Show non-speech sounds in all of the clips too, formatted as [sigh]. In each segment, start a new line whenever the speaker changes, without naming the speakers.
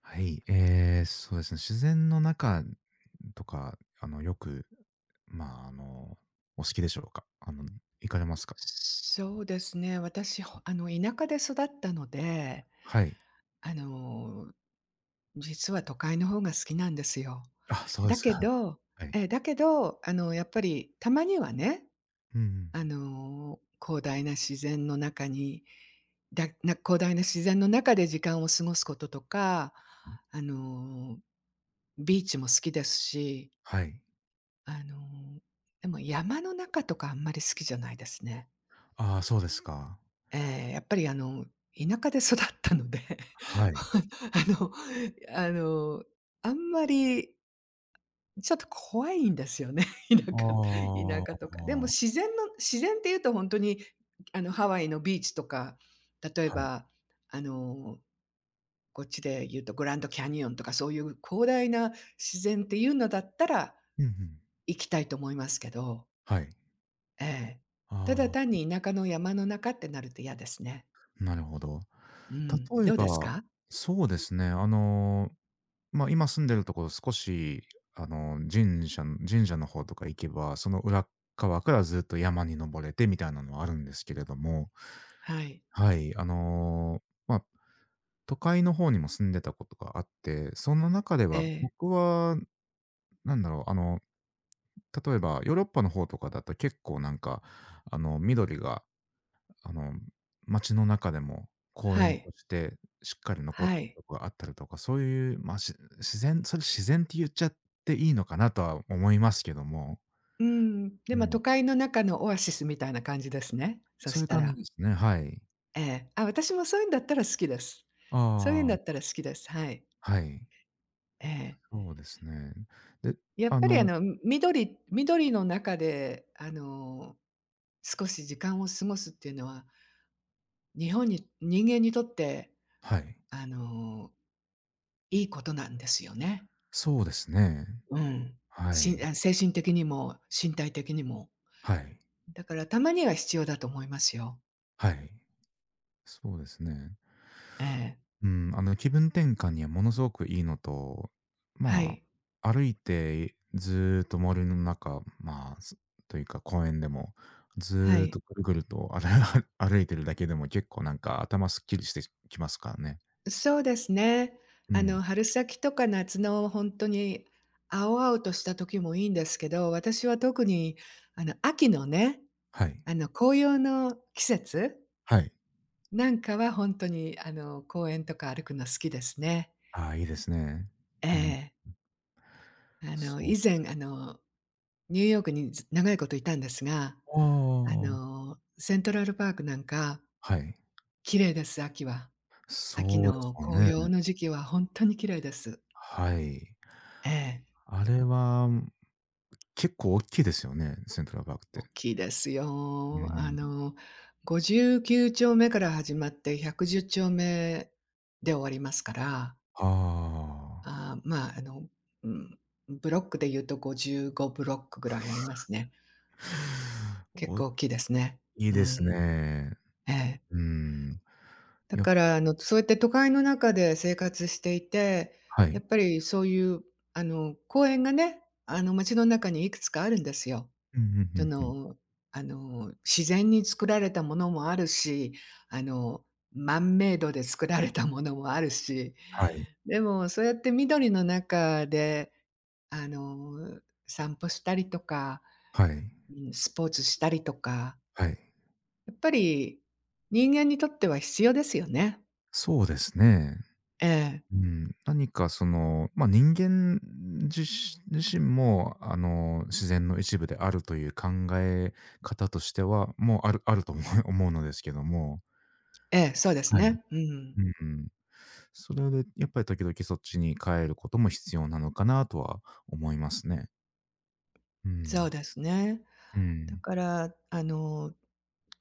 はい、そうですね、自然の中とか、よく、まあ、あの、お好きでしょうか？行かれますか？
そうですね。私、ほあの、田舎で育ったので、
はい。
あの、実は都会の方が好きなんですよ。
あ、そうで
だ
すか。
け
[laughs]
ど
はい。
だけど、やっぱりたまにはね、
うん
あの、広大な自然の中に広大な自然の中で時間を過ごすこととか、
うん。
あの、ビーチも好きですし、
はい。
あの、でも山の中とかあんまり好きじゃないですね。
ああ、そうですか。
ええ、やっぱり田舎で育ったので、
はい。
[laughs] あのあの、あんまりちょっと怖いんですよね、[laughs] 田舎田
あ
舎とか。でも
あ、
自然っていうと本当に、ハワイのビーチとか、例え
はい。
ば、あの、こっちで言うとグランドキャニオンとかそういう広大な自然っていうのだったら
うんうん。
行きたいと思いますけど、
はい。
ええ。ただ単
あ
に田舎の山の中ってなると嫌ですね。
あ、なるほど。
うん、
例え
どうです
ば、
か？
そうですね、今住んでるところ少し、あの、神社神社の方とか行けば、その裏っ側からずっと山に登れてみたいなのはあるんですけれども、
はい。
はい、まあ、都会の方にも住んでたことがあって、その中で
え
は
え、
僕はなんだろう、例えばヨーロッパの方とかだと結構なんか、緑があの、街の中でも公
は
園
い、
としてしっかり残っ
は
てる
い。
とこがあったりとか、そういう、ま、し自然それ自然って言っちゃっていいのかなとは思いますけども、
うん、で、
う
ま、
ん、
都会の中のオアシスみたいな感じですね、そ
そ
し
ういう
た
感じ
ら。
ですね、はい。
ええ。あ、私もそういうんだったら好きです。そういうん
あ
だった
あ、
ら好きです。はい。
はい。
ええ。
そうですね。で、
やっ
あ
ぱり
の
緑の中で少し時間を過ごすっていうのは、日本に人間にとって
はい。
あの、いいことなんですよね。
そうですね。
うん。
は
しん
い。
あ、精神的にも身体的にも。
はい。
だからたまには必要だと思いますよ。
はい。そうですね。
ええ。
うん、気分転換にはものすごくいいのと、
は
ま
い、
歩いてずーっと森の中、というか公園でも、ず
は
ーっ
い。
とぐるぐると歩 [laughs] 歩いてるだけでも結構なんか頭すっきりしてきますからね。
そうですね。
うん。
春先とか夏のほんとに青々とした時もいいんですけど、私は特に秋のね、
はい。
紅葉の季節
はい。
なんかはほんとに公園とか歩くの好きですね。
ああ、いいですね。
え
うん。
え。
そこ
以前ニューヨークにず長いこといたんですが、
は
セントラルパークなんか
はい。
綺麗です、秋は。秋
そうでし
の
ょう
紅
ね。
葉の時期はほんとに綺麗です。
はい。
ええ、
あれは結構大きいですよね、セントラルパークっ
大
て。
きいです
う
よ。
ん。
59丁目から始まって110丁目で終わりますから、
ああ。
あまあ、あの、うん、ブロックで言うと55ブロックぐらいありますね。結
お
構大きいですね。
いい
う
です
ん、
ね。
ええ。
うん。
だ
や
から、そうやって都会の中で生活していて、
は
や
い。
っぱりそういう、公園がね、街の中にいくつかあるんですよ。
うんうんう
そ
んうん。
の、自然に作られたものもあるし、あの、マンメイドで作られたものもあるし、
はい。
でもそうやって緑の中で、あの、散歩したりとか、
はい。
うん、スポーツしたりとか、
はい。
やっぱり人間にとっては必要ですよね。
そうですね。
ええ、
うん。何か人間自身も、自然の一部であるという考え方としては、もうあると[laughs] 思うのですけども、
ええ、そうです
はい。
ね。うん、
うんうん。それでやっぱり時々そっちに帰ることも必要なのかなとは思いますね。う
そう
ん。
ですね。
う
だ
ん。
から、あの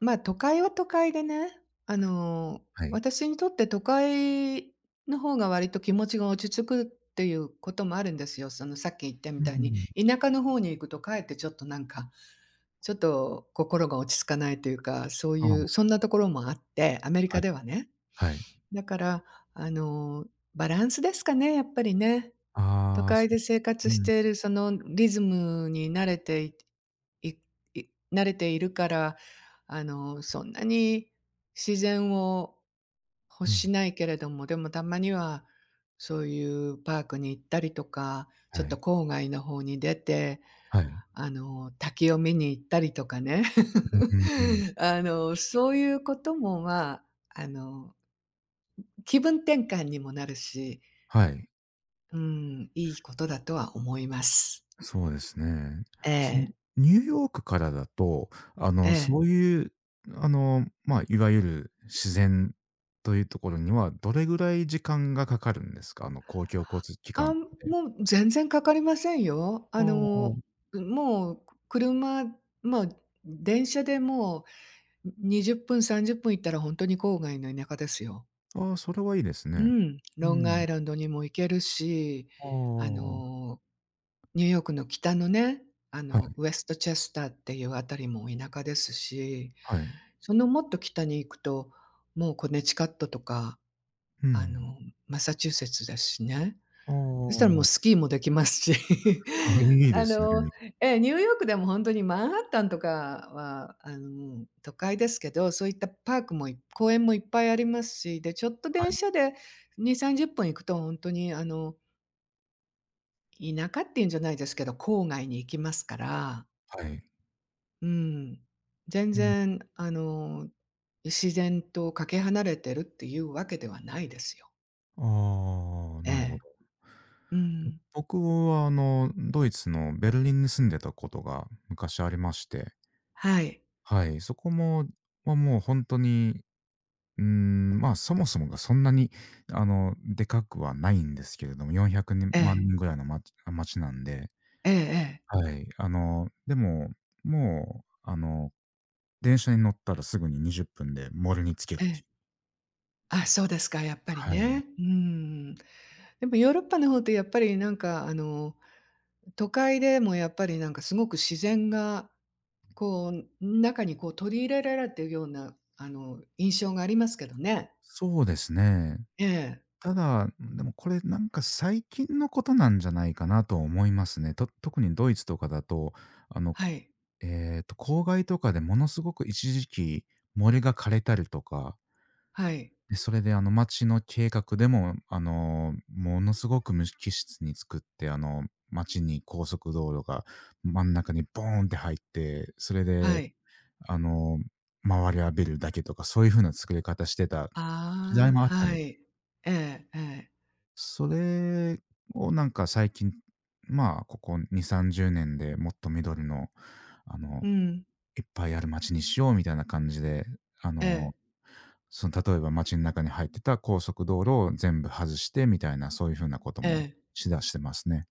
ま、あ都会は都会でね、あの、
はい。
私にとって都会の方が割と気持ちが落ち着くっていうこともあるんですよ。そのさっき言ったみ
うん
た
うん
い
う
に、
ん。
田舎の方に行くとかえってちょっとなんか、ちょっと心が落ち着かないというか、そう
あ
いう
あ、
そんなところもあって、アメリカ
はい、
ではね。
はい。
だから、あの、バランスですかね、やっぱりね。都
ああ、
会
そ
で生活
う。
し
うん、
ているそのリズムにい慣れているから、そんなに自然を欲
う
し
ん、
ないけれども、でもたまにはそういうパークに行ったりとか、ち
は
ょっと
い、
郊外の方に出て、
はい。うん
滝を見に行ったりとかね。
うんうん。
[laughs] そういうことも、まあ、あの気分転換にもなるし、
はい、
うん、いいことだとは思います。
そうですね。
え
その
え、
ニューヨークからだと、
ええ。
そういう、いわゆる自然というところには、どれぐらい時間がかかるんですか？公共交通機
あ、
関とかで。
もう全然かかりませんよ。
あ
もう車、まあ、電車でもう20分、30分行ったら本当に郊外の田舎ですよ。
あ、ああ、それはいいです
う
ね。
ん、
う
ロングア
ん。
イランドにも行けるし、
あ
あ
あ、
の、ニューヨークの北のね、
はい、
ウェストチェスターっていうあたりも田舎ですし、
はい。
そのもっと北に行くと、もうコネチカットとか、
う
あ
ん。
の、マサチューセッツですしね。そしたら
あ
もうスキーもできますし、
あ、あ、
[laughs]
いいで
あ
すね。
の、ええ、ニューヨークでも本当にマンハッタンとかは、都会ですけど、そういったパークも公園もいっぱいありますし、で、ちょっと
は
電車
い、
で2、30分行くと本当に田舎っていうんじゃないですけど、郊外に行きますから。
はい。
うん。全
うん。
然、自然とかけ離れてるっていうわけではないですよ。
ああ、
え
なるほど。
え。うん。
僕はドイツのベルリンに住んでたことが昔ありまして、
はい。
はい、そこも、もう本当に、そもそもがそんなにでかくはないんですけれども、400
え
万
え。
人ぐらいの街なんで、
ええええ。
はい、でも、もう電車に乗ったらすぐに20分でモルに着け
え
るってい
え。
う。
あ、そうですか、やっぱり
はい。
ね。うん。でもヨーロッパの方ってやっぱりなんか、都会でもやっぱりなんかすごく自然が、こう、中にこう取り入れられてるような、印象がありますけどね。
そうですね。
ええ。
ただ、でもこれなんか最近のことなんじゃないかなと思いますね。特にドイツとかだと、あの、
は
こ
い。
ええと、郊外とかでものすごく一時期森が枯れたりとか、
はい。
で、それで町の計画でも、ものすごく無機質に作って、町に高速道路が真ん中にボーンって入って、それ
は
で、
い。
あの、周りはビルだけとか、そういう風な作り方してた時代
あ
もあっ
あ、
たん
は
ですよね。
い。ええええ。
それをなんか最近、ここ2、30年でもっと緑の、あの、
うん。
いっぱいある街にしようみたいな感じで、あ
え
の、
え、
例えば街ん中に入ってた高速道路を全部外してみたいな、そういう風なこと
え
も
え。
しだしてますね。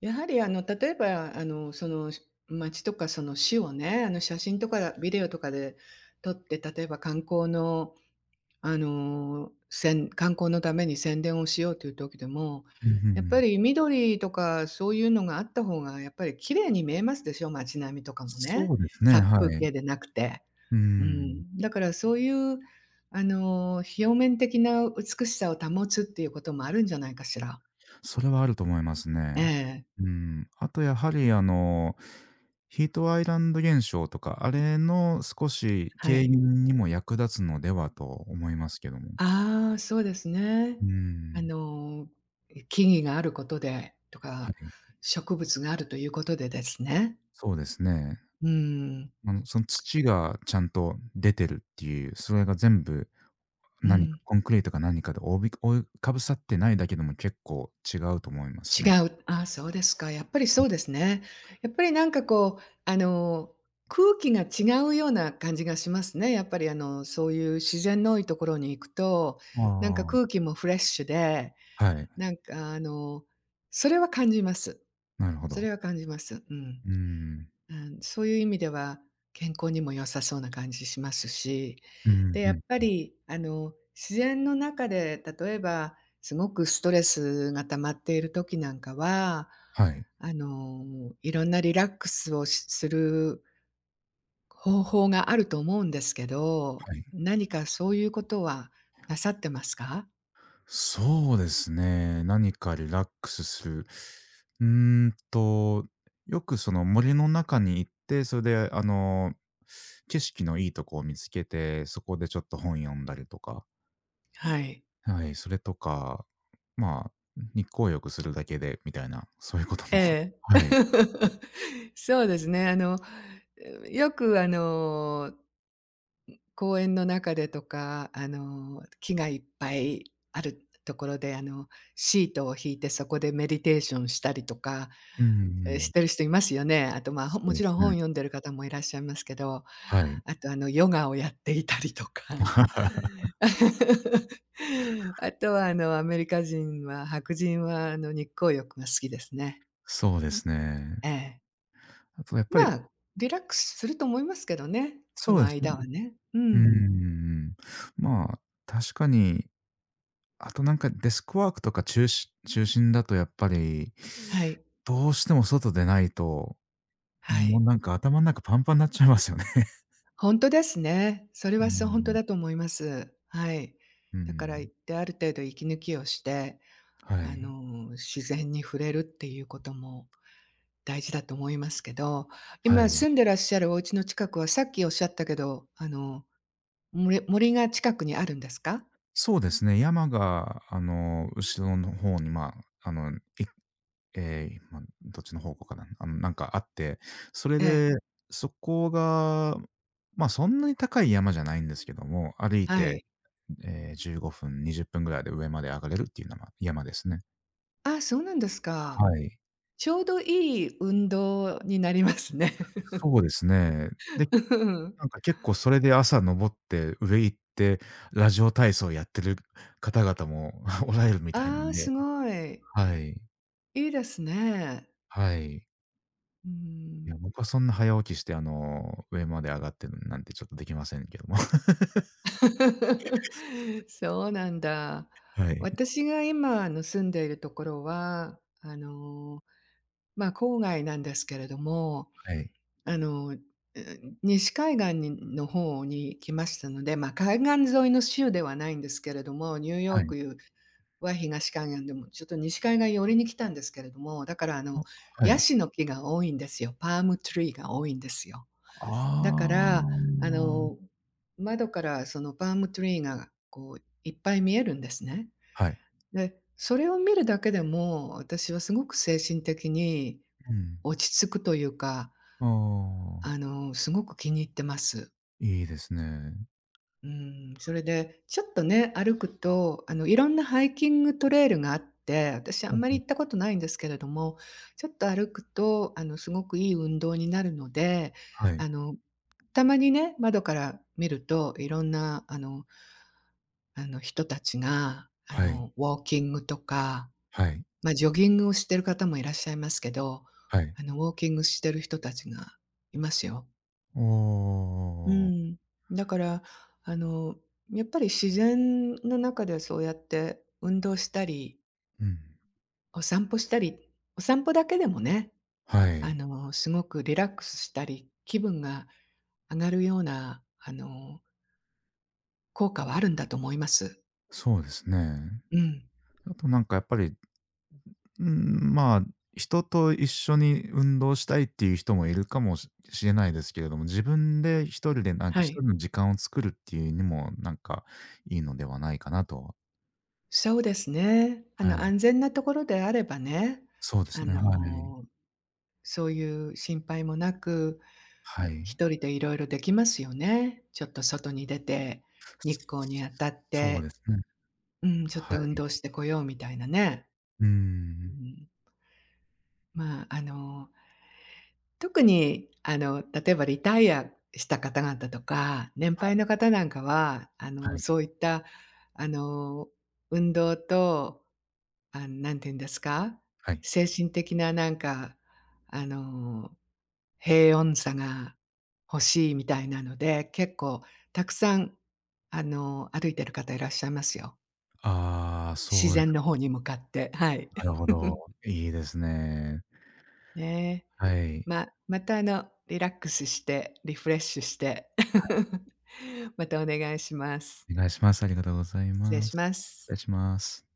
やはり例えばその、街とかその市をね、写真とかビデオとかで撮って、例えば観光の観光のために宣伝をしようという時でも、
うんうんう
やっぱ
ん。
り緑とかそういうのがあった方がやっぱり綺麗に見えますでしょ、街並みとかもね。
そうですね、
殺
は
風
い。
景でなくて。
うー
う
ん。
ん、だからそういう、表面的な美しさを保つっていうこともあるんじゃないかしら。
それはあると思いますね。
ええ、
うん。あとやはりヒートアイランド現象とか、あれの少し
は
軽
い。
減にも役立つのではと思いますけども。
ああ、そうですね。
うー
あ
ん、
の、木々があることでと
は
か、
い。
植物があるということでですね。
そうですね。
うん、
その土がちゃんと出てるっていう、それが全部
う
何か
ん。
コンクリートか何かで覆いかぶさってないだけでも結構違うと思いますね。
違う。あ、そうですか。やっぱりそうですね。やっぱりなんかこう、空気が違うような感じがしますね。やっぱりそういう自然の多いところに行くと、なんか
あ
空気もフレッシュで、
あ、はい、
なんかそれは感じます。
なるほ
それ
ど。
は感じます。うん。
うーん。
うん、そういう意味では、健康にも良さそうな感じしますし、
うんう
で、や
ん。
っぱり、自然の中で、例えば、すごくストレスが溜まっている時なんかは、
はい、
いろんなリラックスをする方法があると思うんですけど、
はい。
何かそういうことはなさってますか？
そうですね。何かリラックスする。うーんと、よくその森の中に行って、それで景色のいいとこを見つけて、そこでちょっと本読んだりとか、
はい。
はい、それとか、まあ、日光浴するだけでみたいな、そういうこと
え
も、[laughs]
え。
はい。
[laughs] そうですね。よく公園の中でとか、木がいっぱいあるところで、シートを敷いてそこでメディテーションしたりとか、
うんう
し
ん。
てる人いますよね。あと、まあ、
そう
も
で
ちろ
す
ん
ね。
本読んでる方もいらっしゃいますけど、
はい。
あと、ヨガをやっていたりとか。
[laughs]
[laughs] あとは、アメリカ人は白人は、日光浴が好きですね。
そうですね。
ええ。
あとやっぱ
ま
り
あ、リラックスすると思いますけどね、そ
そ
の
うですね。
間はね。う
うんう
ん。
ん。確かにあとなんかデスクワークとか中心だとやっぱり、
はい。
どうしても外出ないと、
は
もう
い。
なんか頭ん中パンパンなっちゃいますよね。[laughs]
本当ですね。それ
うー
は、そう本当
ん、
だと思います。はい。
うー
だから
ん。
行って、ある程度息抜きをして、
はい。
自然に触れるっていうことも大事だと思いますけど、
は
今
い。
住んでらっしゃるお家の近くは、さっきおっしゃったけど、森が近くにあるんですか？
そうですね、山が後ろの方にまあ、あの、いええ、ま、どっちの方向かな、なんかあって、それ
ええ、
で、そこが、そんなに高い山じゃないんですけども、歩い
は
て、
い。
ええ、15分、20分ぐらいで上まで上がれるっていうなま山ですね。
ああ、そうなんですか。
はい。
ちょうどいい運動になりますね。
そうですね。で、
[laughs] うん。
なんか結構それで朝登って上行って、ラジオ体操やってる方々も [laughs] おられるみたいな
あ
ん
あ、す
で、
ごい。
はい。
いいですね。
はい。
う
いや、
ん。
僕はそんな早起きして、上まで上がってるなんてちょっとできませんけども。[laughs]
[laughs] そうなんだ。
はい。
私が今、住んでいるところは、まあ、郊外なんですけれども、
はい。
あの、え西海岸の方に来ましたので、まあ、海岸沿いの州ではないんですけれども、ニューヨ
は
ー
い。
クは東海岸でも、ちょっと西海岸寄りに来たんですけれども、だから、
あ、は
ヤ
い。
シの木が多いんですよ。パームトリーが多いんですよ。
あ
だから、あ
あ。
の、窓からそのパームツリーがこういっぱい見えるんですね。
はい。
で、それを見るだけでも、私はすごく精神的に
うん。
落ち着くというか、
ああ、
すごく気に入ってます。
いいですね。
うーん、それで、ちょっとね、歩くと、いろんなハイキングトレイルがあって、私あん
ほう
ま
ほ
り
う。
行ったことないんですけれども、ちょっと歩くと、すごくいい運動になるので、
はい。
あの、たまにね、窓から見ると、いろんな、人たちが、
はい。
ウォーキングとか、
はい。
まあ、ジョギングをしてる方もいらっしゃいますけど、
はい。
ウォーキングしてる人たちがいますよ。
お
う
お。
ん。だから、あの、やっぱり自然の中でそうやって運動したり、
うん。
お散歩したり、お散歩だけでもね、
はい。
すごくリラックスしたり、気分が上がるような、効果はあるんだと思います。
そうですね。
うん。
あとなんかやっぱり、うん、人と一緒に運動したいっていう人もいるかもししれないですけれども、自分で一人でなんか
は
一
い。
人の時間を作るっていうにも、なんかいいのではないかなと。
そうですね。
はい。
安全なところであればね、
そうで
あ
すね。は
の
い。
そういう心配もなく、
はい。
一人でいろいろできますよね。ちょっと外に出て、日光に当たっ
そうで
て、
すね。
うん、ちょっ
は
と運
い。
動してこようみたいなね。
うー
う
ん。
ん。まあ、特に、例えばリタイアした方々とか、年配の方なんかは、
はい、
そういった、あの、運動と、あ、何て言うんですか、
はい。
精神的ななんか、あの、平穏さが欲しいみたいなので、結構たくさん、歩いてる方いらっしゃいますよ。
ああ、
自
そうで
然
す
の
か。
方に向かって、はい。
なるほど。
[laughs]
いいですね。
ねえ。
はい。
また、リラックスして、リフレッシュして、[laughs] またお願いします。
お願いします。ありがとうござい
失礼
ま
し
す。
ま
失
す。
礼します。